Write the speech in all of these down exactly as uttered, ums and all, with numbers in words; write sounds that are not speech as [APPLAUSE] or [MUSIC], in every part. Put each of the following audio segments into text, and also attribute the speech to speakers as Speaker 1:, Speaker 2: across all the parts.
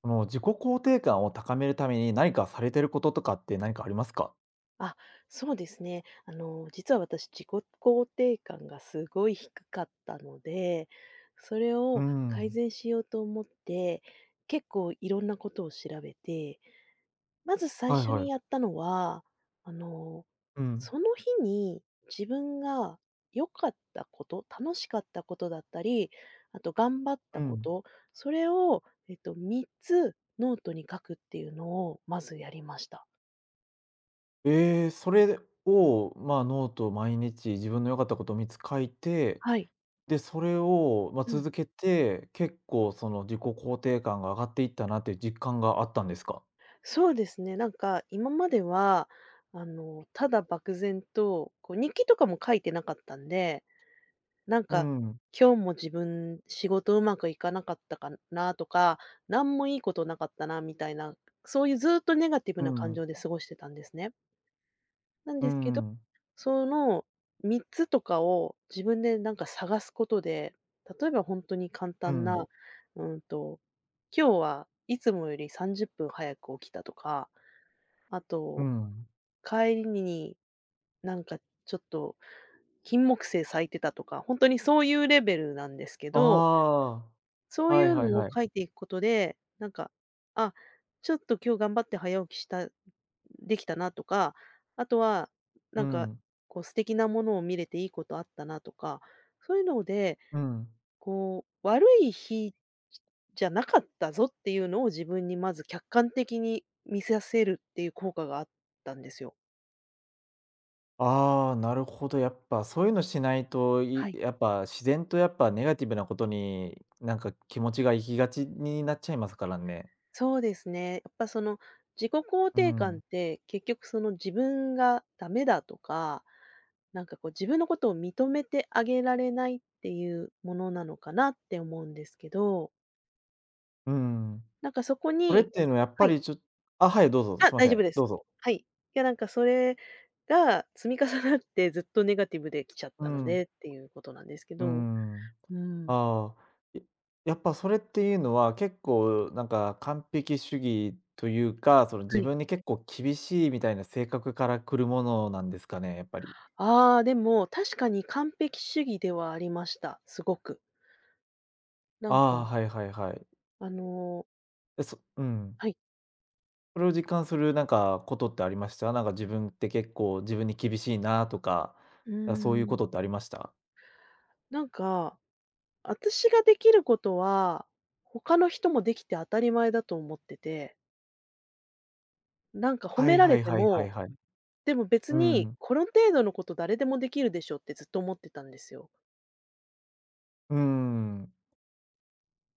Speaker 1: この自己肯定感を高めるために何かされてることとかって何かありますか？
Speaker 2: あ、そうですね。あの、実は私、自己肯定感がすごい低かったので、それ
Speaker 1: うー
Speaker 2: を改
Speaker 1: ん。
Speaker 2: 善しようと思って、結構いろんなことを調べて、まず最
Speaker 1: はい
Speaker 2: 初
Speaker 1: は
Speaker 2: に
Speaker 1: い。
Speaker 2: やったのは、あの、
Speaker 1: うん。
Speaker 2: その日に自分が良かったこと、楽しかったことだったり、あと頑張っ
Speaker 1: う
Speaker 2: たこ
Speaker 1: ん。
Speaker 2: と、それを、えっと、みっつノートに書くっていうのをまずやりました。
Speaker 1: ええ、それを、まあ、ノートを毎日自分の良かったことみっつ書いて、
Speaker 2: はい。
Speaker 1: で、それを、ま、
Speaker 2: うん。
Speaker 1: 続けて、結構その自己肯定感が上がっていったなっていう実感があったんですか？
Speaker 2: そうですね、なんか今までは、あの、ただ漠然と、こう日記とかも書いてなかったんで、なん
Speaker 1: う
Speaker 2: か、
Speaker 1: ん、
Speaker 2: 今日も自分仕事うまくいかなかったかなとか、なんもいいことなかったなみたいな、そういうずっとネガティブ
Speaker 1: う
Speaker 2: な感
Speaker 1: ん、
Speaker 2: 情で過ごしてたんですね。なん
Speaker 1: う
Speaker 2: ですけど、
Speaker 1: ん、
Speaker 2: そのみっつとかを自分でなんか探すことで、例えば本当に簡
Speaker 1: う
Speaker 2: 単な、
Speaker 1: ん、
Speaker 2: うんと、今日はいつもよりさんじゅっぷん早く起きたとか、あ
Speaker 1: う
Speaker 2: と、
Speaker 1: ん。
Speaker 2: 帰りに、なんかちょっと金木犀咲いてたとか、ほんとにそういうレベルなんですけど、
Speaker 1: あ
Speaker 2: そ
Speaker 1: あ、
Speaker 2: うい
Speaker 1: はい
Speaker 2: う
Speaker 1: はい
Speaker 2: のを
Speaker 1: はい。
Speaker 2: 書いていくことで、なんか、あ、ちょっと今日頑張って早起きした、できたなとか、あとは、
Speaker 1: う
Speaker 2: なんか、
Speaker 1: ん、
Speaker 2: こう素敵なものを見れていいことあったなとか、そういうので、
Speaker 1: うん。
Speaker 2: こう、悪い日じゃなかったぞっていうのを自分にまず客観的に見させるっていう効果があったんですよ。
Speaker 1: ああ、なるほど。やっぱそういうのしないと、
Speaker 2: は
Speaker 1: い
Speaker 2: い、
Speaker 1: やっぱ自然とやっぱネガティブなことに、なんか気持ちが行きがちになっちゃいますからね。
Speaker 2: そうですね。やっぱその自己肯
Speaker 1: う
Speaker 2: 定感っ
Speaker 1: ん。
Speaker 2: て結局その自分がダメだとか、なんかこう自分のことを認めてあげられないっていうものなのかなって思うんですけど、
Speaker 1: うん。
Speaker 2: なんかそこ
Speaker 1: それっ
Speaker 2: に、
Speaker 1: ていうのはやっ
Speaker 2: は
Speaker 1: ぱ
Speaker 2: い。
Speaker 1: りちょあ、はい、どうぞ、す
Speaker 2: あ、
Speaker 1: いま
Speaker 2: 大
Speaker 1: せ
Speaker 2: 丈夫
Speaker 1: ん。
Speaker 2: で
Speaker 1: ど
Speaker 2: す。
Speaker 1: うぞ。
Speaker 2: はい。いや、なんかそれが積み重なってずっとネガティブで来ちゃっ
Speaker 1: う
Speaker 2: たので
Speaker 1: ん。
Speaker 2: っていうことなんですけ
Speaker 1: う
Speaker 2: ど。
Speaker 1: ん。
Speaker 2: うん。
Speaker 1: ああ、いやっぱそれっていうのは結構なんか完璧主義というか、その
Speaker 2: は
Speaker 1: 自
Speaker 2: い。
Speaker 1: 分に結構厳しいみたいな性格から来るものなんですかね、やっぱり。
Speaker 2: ああ、でも確かに完璧主義ではありました、すごく。な
Speaker 1: あ
Speaker 2: ん
Speaker 1: あ、
Speaker 2: か、
Speaker 1: はいはいはい。
Speaker 2: あのー
Speaker 1: え、そうん。
Speaker 2: はい。
Speaker 1: それを実感するなんかことってありました？なんか自分って結構自分に厳しいなとか、
Speaker 2: う
Speaker 1: あ、そういう
Speaker 2: ー
Speaker 1: こ
Speaker 2: ん。
Speaker 1: とってありました？
Speaker 2: なんか、私ができることは、他の人もできて当たり前だと思ってて、なんか褒
Speaker 1: は
Speaker 2: め
Speaker 1: い
Speaker 2: ら
Speaker 1: は
Speaker 2: れ
Speaker 1: い
Speaker 2: て
Speaker 1: はいは
Speaker 2: も、
Speaker 1: いはい。
Speaker 2: でも別
Speaker 1: う
Speaker 2: に
Speaker 1: ん。
Speaker 2: この程度のこと誰でもできるでしょってずっと思ってたんですよ。
Speaker 1: うーん。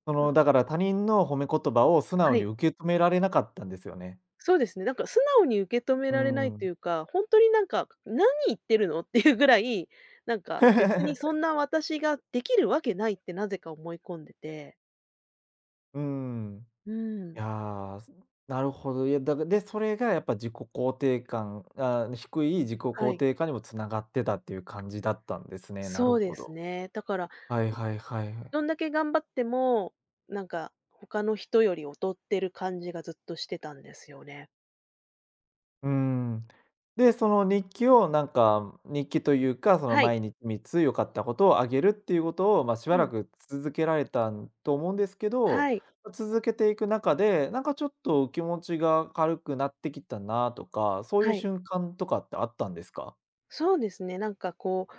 Speaker 1: そ
Speaker 2: う
Speaker 1: の
Speaker 2: ん、
Speaker 1: だから他人の褒め言葉を素直
Speaker 2: は
Speaker 1: に
Speaker 2: い。
Speaker 1: 受け止められなかったんですよね。
Speaker 2: そうですね、なんか素直に受け止め
Speaker 1: うー
Speaker 2: られないと
Speaker 1: ん。
Speaker 2: いうか、ほんとになんか「何言ってるの？」っていうぐらい、なんか別にそん
Speaker 1: [LAUGHS]
Speaker 2: な私ができるわけないってなぜか思い込んでて。
Speaker 1: うーん。
Speaker 2: う
Speaker 1: い
Speaker 2: ん。
Speaker 1: や、なるほど。いや、だかで、それがやっぱ自己肯定感あ低い自己
Speaker 2: は
Speaker 1: 肯
Speaker 2: い、
Speaker 1: 定感にも繋がってたっていう感じだったんですね。なる
Speaker 2: そう
Speaker 1: ほ
Speaker 2: です
Speaker 1: ど。
Speaker 2: ね。だから
Speaker 1: はいはいはいはい。
Speaker 2: どんだけ頑張っても、なんか他の人より劣ってる感じがずっとしてたんですよね。
Speaker 1: うん。で、その日記をなんか、日記というか、その
Speaker 2: はい。
Speaker 1: 毎日みっつ良かったことをあげるっていうことを、まあ、しば
Speaker 2: う
Speaker 1: ら
Speaker 2: ん。
Speaker 1: く続けられたんと思うんですけど、
Speaker 2: はい。
Speaker 1: ま、続けていく中で、なんかちょっと気持ちが軽くなってきたなとか、そうい
Speaker 2: は
Speaker 1: う
Speaker 2: い。
Speaker 1: 瞬間とかってあったんですか？
Speaker 2: そうですね、なんかこう、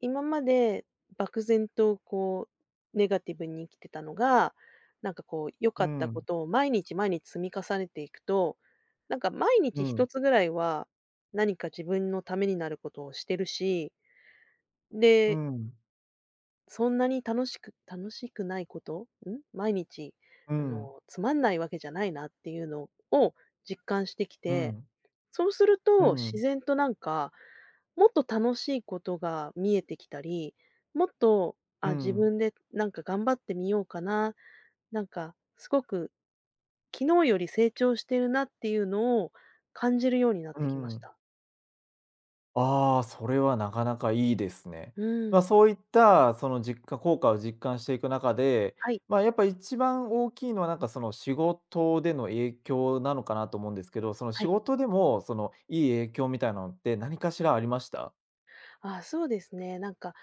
Speaker 2: 今まで漠然とこう、ネガティブに生きてたのが、なんかこう良か
Speaker 1: う
Speaker 2: ったこ
Speaker 1: ん。
Speaker 2: とを毎日毎日積み重ねていくと、なんか毎
Speaker 1: う
Speaker 2: 日一
Speaker 1: ん。
Speaker 2: つぐらいは、何か自分のためになることをしてるし、
Speaker 1: う
Speaker 2: で、
Speaker 1: ん。
Speaker 2: そんなに楽しく楽しくないこと、ん、毎日、
Speaker 1: う
Speaker 2: あ
Speaker 1: ん。
Speaker 2: の、つまんないわけじゃないなっていうのを実感してき
Speaker 1: う
Speaker 2: て、
Speaker 1: ん。
Speaker 2: そうする
Speaker 1: う
Speaker 2: と自
Speaker 1: ん。
Speaker 2: 然となんか、もっと楽しいことが見えてきたり、もっと、
Speaker 1: う
Speaker 2: あ、自
Speaker 1: ん。
Speaker 2: 分でなんか頑張ってみようかな、なんかすごく昨日より成長してるなっていうのを感じるようになっ
Speaker 1: う
Speaker 2: てきまし
Speaker 1: ん。
Speaker 2: た。
Speaker 1: ああ、それはなかなかいいですね。
Speaker 2: う
Speaker 1: まあ、
Speaker 2: ん。
Speaker 1: そういったその実感効果を実感していく中で、
Speaker 2: はい、
Speaker 1: まあ、やっぱ一番大きいのはなんかその仕事での影響なのかなと思うんですけど、その
Speaker 2: は
Speaker 1: 仕
Speaker 2: い。
Speaker 1: 事でもそのいい影響みたいなのって何かしらありました？
Speaker 2: ああ、そうですね。なんか、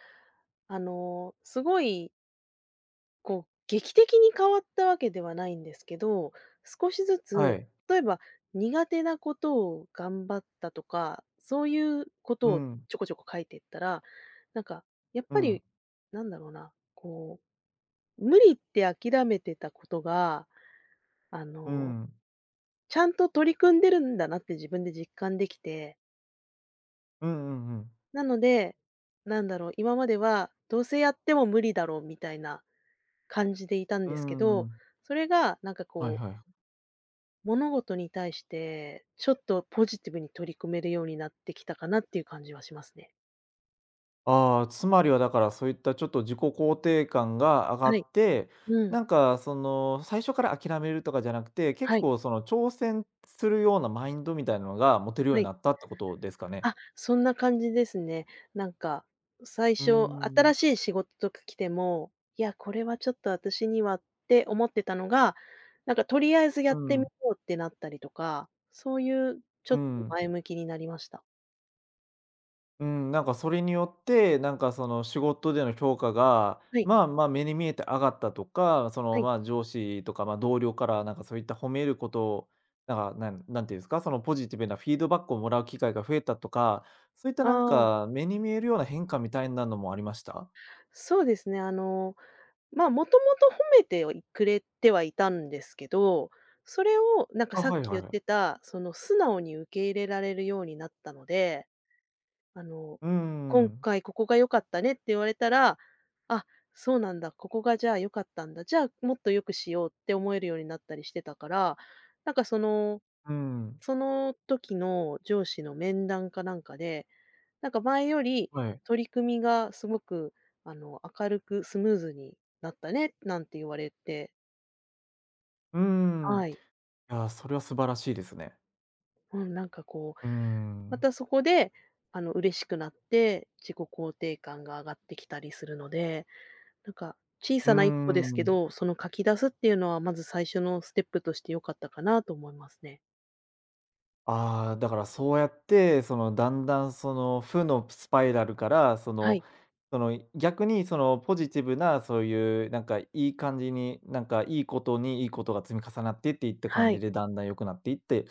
Speaker 2: あの、すごいこう、劇的に変わったわけではないんですけど、少しず
Speaker 1: は
Speaker 2: つ、
Speaker 1: い。
Speaker 2: 例えば苦手なことを頑張ったとか、そういうこ
Speaker 1: う
Speaker 2: とを
Speaker 1: ん、
Speaker 2: ちょこちょこ書いていったら、なんか、やっ
Speaker 1: う
Speaker 2: ぱ
Speaker 1: ん、
Speaker 2: り、なんだろうな、こう、無理って諦めてたことが、あ
Speaker 1: う
Speaker 2: の、
Speaker 1: ん、
Speaker 2: ちゃんと取り組んでるんだなって自分で実感できて、
Speaker 1: うんうんうん。
Speaker 2: なので、なんだろう、今まではどうせやっても無理だろうみたいな感じでいたん
Speaker 1: う
Speaker 2: ですけ
Speaker 1: んう
Speaker 2: ど、
Speaker 1: ん。
Speaker 2: それがなんか
Speaker 1: はい
Speaker 2: こう
Speaker 1: はいはい。
Speaker 2: 物事に対して、ちょっとポジティブに取り組めるようになってきたかなっていう感じはしますね。
Speaker 1: ああ、つまりはだからそういったちょっと自己肯定感が上が
Speaker 2: はい。
Speaker 1: って、
Speaker 2: うん。
Speaker 1: なんかその最初から諦めるとかじゃなくて、結
Speaker 2: はい。
Speaker 1: 構その挑戦するようなマインドみたいなのが持てるよ
Speaker 2: は
Speaker 1: うに
Speaker 2: い。
Speaker 1: なったってことですかね？
Speaker 2: あ、そんな感じですね。なんか、最
Speaker 1: うー
Speaker 2: 初、
Speaker 1: ん。
Speaker 2: 新しい仕事とか来ても、いや、これはちょっと私にはって思ってたのが、なんかとりあえずや
Speaker 1: う
Speaker 2: ってみ
Speaker 1: ん。
Speaker 2: ようってなったりとか、そういうちょ
Speaker 1: う
Speaker 2: っと
Speaker 1: ん。
Speaker 2: 前向きになりました。
Speaker 1: うん、なんかそれによって、なんかその仕事での評価が、
Speaker 2: はい、
Speaker 1: まあまあ目に見えて上がったとか、そ
Speaker 2: は
Speaker 1: の
Speaker 2: い。
Speaker 1: まあ上司とかまあ同僚からなんかそういった褒めることを、なんかなんなんていうんですか、そのポジティブなフィードバックをもらう機会が増えたとか、そういったなん
Speaker 2: ああ、
Speaker 1: か目に見えるような変化みたいなのもありました
Speaker 2: そうですね。あのまあ、もともと褒めてはいくれてはいたんですけど、それをなんか
Speaker 1: あ、
Speaker 2: さっ
Speaker 1: はい
Speaker 2: き
Speaker 1: はい
Speaker 2: 言っ
Speaker 1: はい。
Speaker 2: てた、その素直に受け入れられるようになったので、あの、
Speaker 1: う
Speaker 2: 今
Speaker 1: ん、
Speaker 2: 回ここが良かったねって言われたら、あ、そうなんだ、ここがじゃあ良かったんだ、じゃあもっと良くしようって思えるようになったりしてたから、なんかその、
Speaker 1: うん、
Speaker 2: その時の上司の面談かなんかで、なんか前より
Speaker 1: はい。
Speaker 2: 取り組みがすごく、あの、明るくスムーズになったねなんて言われて、
Speaker 1: う
Speaker 2: は
Speaker 1: ん。
Speaker 2: い。
Speaker 1: いや、それは素晴らしいですね。
Speaker 2: うん、なんかこう、
Speaker 1: う
Speaker 2: ま
Speaker 1: ん、
Speaker 2: たそこで、あの、嬉しくなって、自己肯定感が上がってきたりするので、なんか小
Speaker 1: うー
Speaker 2: さな一歩ですけ
Speaker 1: ん。
Speaker 2: ど、その書き出すっていうのはまず最初のステップとして良かったかなと思いますね。
Speaker 1: ああ、だからそうやって、その、だんだんその負のスパイラルから、そ
Speaker 2: は
Speaker 1: の
Speaker 2: い。
Speaker 1: その、逆にそのポジティブなそういうなんかいい感じに、なんかいいことにいいことが積み重なってっていった感
Speaker 2: は
Speaker 1: じ
Speaker 2: い。
Speaker 1: でだんだん良くなっていって、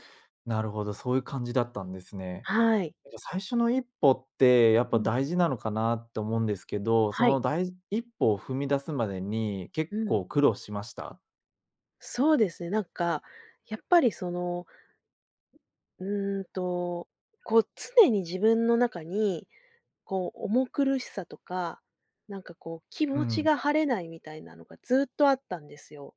Speaker 1: なるほど、そういう感じだったんですね。
Speaker 2: はい。
Speaker 1: やっぱ最初の一歩ってやっ
Speaker 2: う
Speaker 1: ぱ
Speaker 2: ん。
Speaker 1: 大事なのかなって思うんですけど、そ
Speaker 2: は
Speaker 1: の
Speaker 2: い。
Speaker 1: 第一歩を踏み出すまでに結
Speaker 2: うん。
Speaker 1: 構苦労しました？
Speaker 2: そうですね、なんか、やっぱりその、うーんと、こう常に自分の中に、こう重苦しさとか、なんかこう気
Speaker 1: う
Speaker 2: 持ち
Speaker 1: ん。
Speaker 2: が晴れないみたいなのがずっとあったんですよ。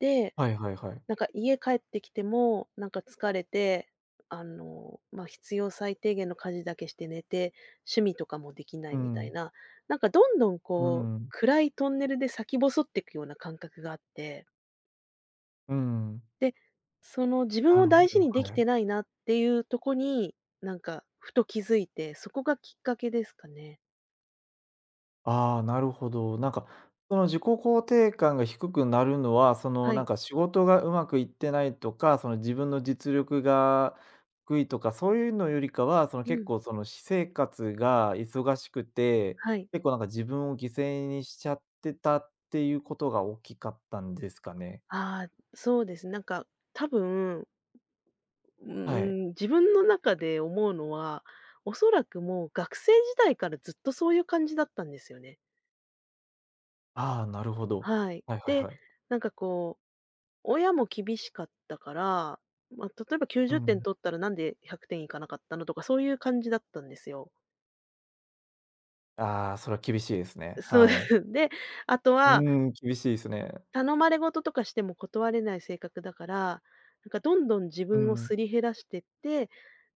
Speaker 2: で、
Speaker 1: はいはいはい。
Speaker 2: なんか家帰ってきても、なんか疲れて、あの、まあ、必要最低限の家事だけして寝て、趣味とかもできな
Speaker 1: う
Speaker 2: いみたい
Speaker 1: ん。
Speaker 2: な、なんかどんどん
Speaker 1: う
Speaker 2: こう、
Speaker 1: ん。
Speaker 2: 暗いトンネルで先細っていくような感覚があって。
Speaker 1: うん。
Speaker 2: で、その自分
Speaker 1: な
Speaker 2: を
Speaker 1: るほ
Speaker 2: 大事
Speaker 1: ど、
Speaker 2: にでき
Speaker 1: はい。
Speaker 2: てないなっていうとこに、なんかふと気づいて、そこがきっかけですかね。
Speaker 1: ああ、なるほど。なんか、その自己肯定感が低くなるのは、その、
Speaker 2: は
Speaker 1: なん
Speaker 2: い。
Speaker 1: か仕事がうまくいってないとか、その自分の実力が低いとか、そういうのよりかは、その
Speaker 2: う
Speaker 1: 結
Speaker 2: ん。
Speaker 1: 構その私生活が忙しくて、
Speaker 2: はい。
Speaker 1: 結構なんか自分を犠牲にしちゃってたっていうことが大きかったんですかね。
Speaker 2: ああ、そうです。なんか多分、うー
Speaker 1: はい。
Speaker 2: ん、自分の中で思うのは、おそらくもう学生時代からずっとそういう感じだったんですよね。
Speaker 1: ああ、なるほど。
Speaker 2: はい。
Speaker 1: はいはい
Speaker 2: で、
Speaker 1: はい。
Speaker 2: なんかこう、親も厳しかったから、まあ、例えば
Speaker 1: う
Speaker 2: きゅうじってん
Speaker 1: ん。
Speaker 2: 取ったらなんでひゃくてんいかなかったのとか、そういう感じだったんですよ。
Speaker 1: ああ、それは厳しいですね。
Speaker 2: そうで
Speaker 1: はい。
Speaker 2: す。[LAUGHS] で、あと
Speaker 1: うー
Speaker 2: は、
Speaker 1: ん、厳しいですね。
Speaker 2: 頼まれごととかしても断れない性格だから、なんかどんどん自
Speaker 1: う
Speaker 2: 分をす
Speaker 1: ん。
Speaker 2: り減らしてって、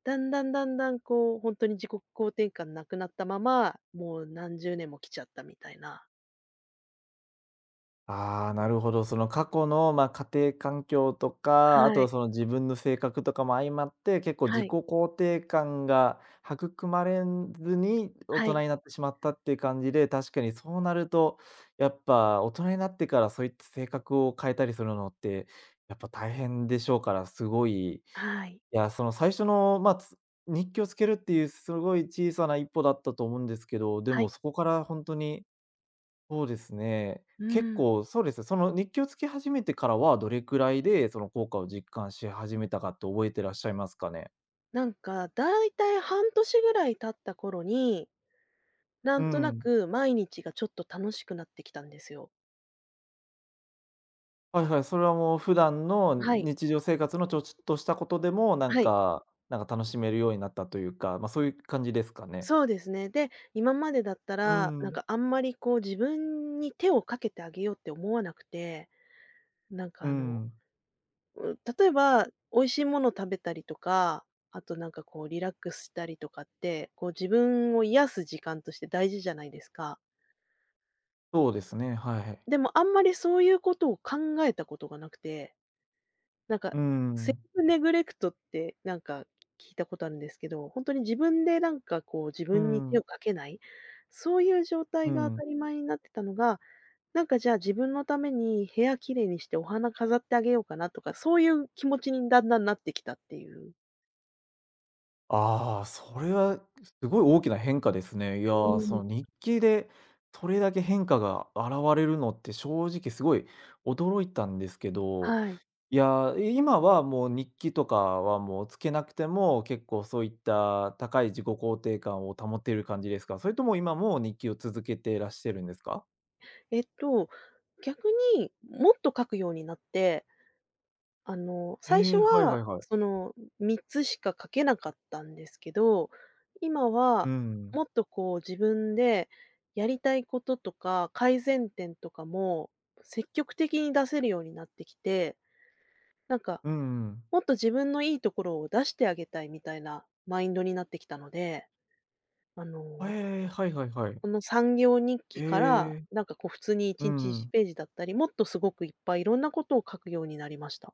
Speaker 2: だんだんだんだんこう、ほんとに自己肯定感なくなったまま、もう何十年も来ちゃったみたいな。
Speaker 1: ああ、なるほど。その過去の、まあ、家庭環境とか、あ
Speaker 2: は
Speaker 1: とは
Speaker 2: い。
Speaker 1: その自分の性格とかも相まって、結構
Speaker 2: は
Speaker 1: 自己
Speaker 2: い。
Speaker 1: 肯定感が育まれずに大
Speaker 2: は
Speaker 1: 人
Speaker 2: い。
Speaker 1: になってしまったっていう感じで、確かにそうなると、やっぱ大人になってからそういった性格を変えたりするのって、やっぱ大変でしょうから、すごい、い
Speaker 2: はい。
Speaker 1: や、その最初の、まあ、つ日記をつけるっていうすごい小さな一歩だったと思うんですけど、で
Speaker 2: は
Speaker 1: も
Speaker 2: い。
Speaker 1: そこから本当にそうですね。
Speaker 2: う
Speaker 1: 結
Speaker 2: ーん。
Speaker 1: 構そうです、その日記をつけ始めてからは、どれくらいでその効果を実感し始めたかって覚えてらっしゃいますかね？
Speaker 2: なんかだいたい半年ぐらい経った頃に、な
Speaker 1: う
Speaker 2: んとな
Speaker 1: ん。
Speaker 2: く毎日がちょっと楽しくなってきたんですよ。
Speaker 1: はいはい、それはもう普段の
Speaker 2: はい。
Speaker 1: 日常生活のちょっとしたことでも、なん
Speaker 2: はい。
Speaker 1: かなんか楽しめるようになったというか、ま、そういう感じですかね？
Speaker 2: そうですね。で、今までだった
Speaker 1: う
Speaker 2: ら、なん
Speaker 1: ん、
Speaker 2: かあんまりこう自分に手をかけてあげようって思わなくて、なんか
Speaker 1: う
Speaker 2: あの、
Speaker 1: ん、
Speaker 2: う、例えば美味しいもの食べたりとか、あとなんかこうリラックスしたりとかって、こう自分を癒す時間として大事じゃないですか。
Speaker 1: そうですね、はい。
Speaker 2: でもあんまりそういうことを考えたことがなくて。なんか、
Speaker 1: う
Speaker 2: セ
Speaker 1: ん、
Speaker 2: ルフネグレクトって、なんか、聞いたことあるんですけど、ほんとに自分でなんかこう、自
Speaker 1: う
Speaker 2: 分に手
Speaker 1: ん、
Speaker 2: をかけない、そういう状
Speaker 1: う
Speaker 2: 態が当
Speaker 1: ん。
Speaker 2: たり前になってたのが、なんかじゃあ自分のために部屋綺麗にしてお花飾ってあげようかなとか、そういう気持ちにだんだんなってきたっていう。
Speaker 1: ああ、それはすごい大きな変化ですね。いや
Speaker 2: う
Speaker 1: ー、
Speaker 2: ーん、
Speaker 1: その日記でそれだけ変化が現れるのって正直すごい驚いたんですけど、
Speaker 2: はい。
Speaker 1: いやー、今はもう日記とかはもうつけなくても、結構そういった高い自己肯定感を保てる感じですか？それとも今も日記を続けていらっしゃるんですか？
Speaker 2: えっと、逆にもっと書くようになって、あの、
Speaker 1: へ
Speaker 2: 最初
Speaker 1: え、はいは
Speaker 2: は、
Speaker 1: いはい。
Speaker 2: その、みっつしか書けなかったんですけど、今
Speaker 1: う
Speaker 2: は
Speaker 1: ん。
Speaker 2: もっとこう自分でやりたいこととか改善点とかも積極的に出せるようになってきて、なんか
Speaker 1: うんうん。
Speaker 2: もっと自分のいいところを出してあげたいみたいなマインドになってきたので、あ
Speaker 1: へ
Speaker 2: の、
Speaker 1: えはいはいはい。
Speaker 2: この産業日記から、
Speaker 1: ええ、
Speaker 2: なんかこう普通に
Speaker 1: う
Speaker 2: いちにち
Speaker 1: んう
Speaker 2: いち
Speaker 1: ん。
Speaker 2: ページだったり、もっとすごくいっぱいいろんなことを書くようになりました。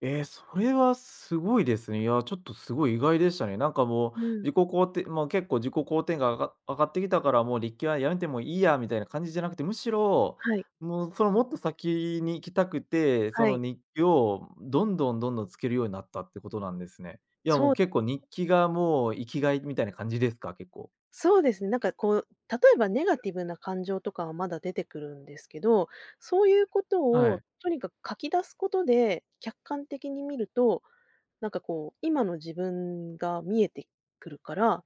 Speaker 1: ええ、それはすごいですね。いや、ちょっとすごい意外でしたね。なんかも
Speaker 2: う
Speaker 1: う、
Speaker 2: ん、
Speaker 1: 自己肯定まあ、結構自己肯定が上が上がってきたから、もう「日記はやめてもいいや」みたいな感じじゃなくて、むしろ、
Speaker 2: はい、
Speaker 1: もう、その、もっと先に行きたくて、そ
Speaker 2: は
Speaker 1: の
Speaker 2: い。
Speaker 1: 日記をどんどんどんどんつけるようになったってことなんですね。いや、も
Speaker 2: そ
Speaker 1: う
Speaker 2: う
Speaker 1: 結構日記がもう生きがいみたいな感じですか？結構。
Speaker 2: そうですね。なんかこう、例えばネガティブな感情とかはまだ出てくるんですけど、そういうこと
Speaker 1: は
Speaker 2: を
Speaker 1: い。
Speaker 2: とにかく書き出すことで、客観的に見ると、なんかこう、今の自分が見えてくるから、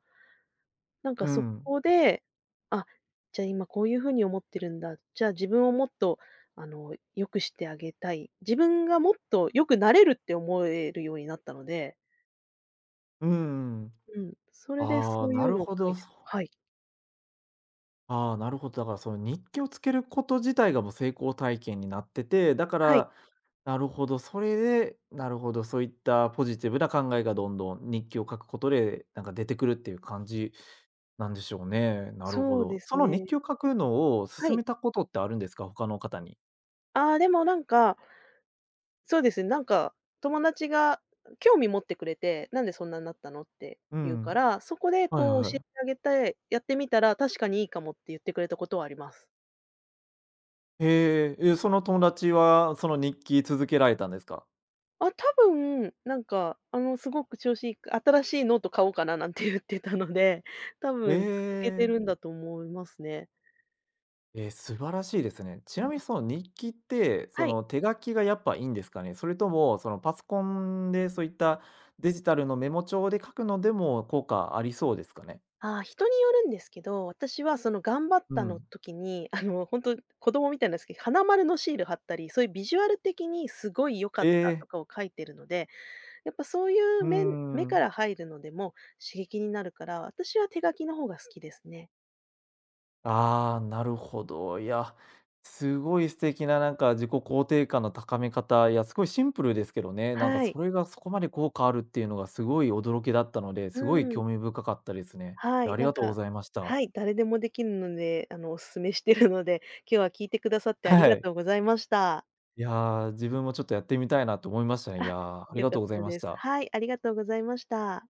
Speaker 2: なんか
Speaker 1: う
Speaker 2: そ
Speaker 1: ん。
Speaker 2: こで、あ、じゃあ今こういうふうに思ってるんだ。じゃあ自分をもっと、あの、良くしてあげたい。自分がもっと良くなれるって思えるようになったので、
Speaker 1: うんうん。
Speaker 2: うん、それで
Speaker 1: あ
Speaker 2: そ
Speaker 1: あ、
Speaker 2: うい
Speaker 1: な
Speaker 2: う
Speaker 1: る
Speaker 2: のを
Speaker 1: ほ
Speaker 2: 書い
Speaker 1: ど。
Speaker 2: てます、はい。
Speaker 1: ああ、なるほど。だからその日記をつけること自体がもう成功体験になってて、だか
Speaker 2: はい。
Speaker 1: ら、なるほど、それで、なるほど、そういったポジティブな考えがどんどん日記を書くことで、なんか出てくるっていう感じなんでしょうね。なるほ
Speaker 2: そうで
Speaker 1: ど。
Speaker 2: す
Speaker 1: その日
Speaker 2: ね。
Speaker 1: 記を書くのを
Speaker 2: は
Speaker 1: 勧
Speaker 2: い。
Speaker 1: めたことってあるんですか？他の方に。
Speaker 2: ああ、でもなんか、そうですね、なんか友達が興味持ってくれて、「なんでそんなになったの？」って
Speaker 1: う
Speaker 2: 言うか
Speaker 1: ん。
Speaker 2: ら、そこで
Speaker 1: はいは
Speaker 2: こ
Speaker 1: い
Speaker 2: う教
Speaker 1: は
Speaker 2: え
Speaker 1: い。
Speaker 2: てあげて、やってみたら確かにいいかもって言ってくれたことはあります。
Speaker 1: へえ、え、その友達はその日記続けられたんですか？
Speaker 2: あ、多分、なんか、あの、すごく調子いい新しいノート買おうかななんて言ってたので、多
Speaker 1: え
Speaker 2: 分続けて
Speaker 1: え。
Speaker 2: るんだと思いますね。
Speaker 1: えー素晴らしいですね。
Speaker 2: う
Speaker 1: ちな
Speaker 2: ん。
Speaker 1: みにその日記って、そ
Speaker 2: はい。
Speaker 1: の手書きがやっぱいいんですかね？それともそのパソコンでそういったデジタルのメモ帳で書くのでも効果ありそうですかね？
Speaker 2: ああ、人によるんですけど、私はその頑張っ
Speaker 1: う
Speaker 2: たの
Speaker 1: ん。
Speaker 2: 時に、あの、本当子供みたいなんですけど、花丸のシール貼ったり、そういうビジュアル的にすごい良か
Speaker 1: え
Speaker 2: ったと
Speaker 1: え、
Speaker 2: かを書いてるので、やっぱそういう
Speaker 1: うー
Speaker 2: め、目か
Speaker 1: ん。
Speaker 2: ら入るのでも刺激になるから、私は手書きの方が好きですね。
Speaker 1: ああ、なるほど。いや、すごい素敵ななんか自己肯定感の高め方、いや、すごいシンプルですけどね、なんか
Speaker 2: はい。
Speaker 1: それがそこまで効果あるっていうのがすごい驚きだったので、
Speaker 2: う
Speaker 1: すごい
Speaker 2: ん。
Speaker 1: 興味深かったですね。
Speaker 2: は
Speaker 1: いや、
Speaker 2: い、
Speaker 1: あり
Speaker 2: なん
Speaker 1: がとうご
Speaker 2: か、
Speaker 1: ざいました。
Speaker 2: はい、誰でもできるので、あの、お勧めしてるので、今日は聞いてくださってあり
Speaker 1: は
Speaker 2: が
Speaker 1: い。
Speaker 2: とうございました。
Speaker 1: いやー、自分もちょっとやってみたいなと思いましたね。い
Speaker 2: あ、
Speaker 1: やー、あり
Speaker 2: 良
Speaker 1: が
Speaker 2: か
Speaker 1: と
Speaker 2: っ
Speaker 1: うござい
Speaker 2: た
Speaker 1: まし
Speaker 2: です。
Speaker 1: た。
Speaker 2: はい、ありがとうございました。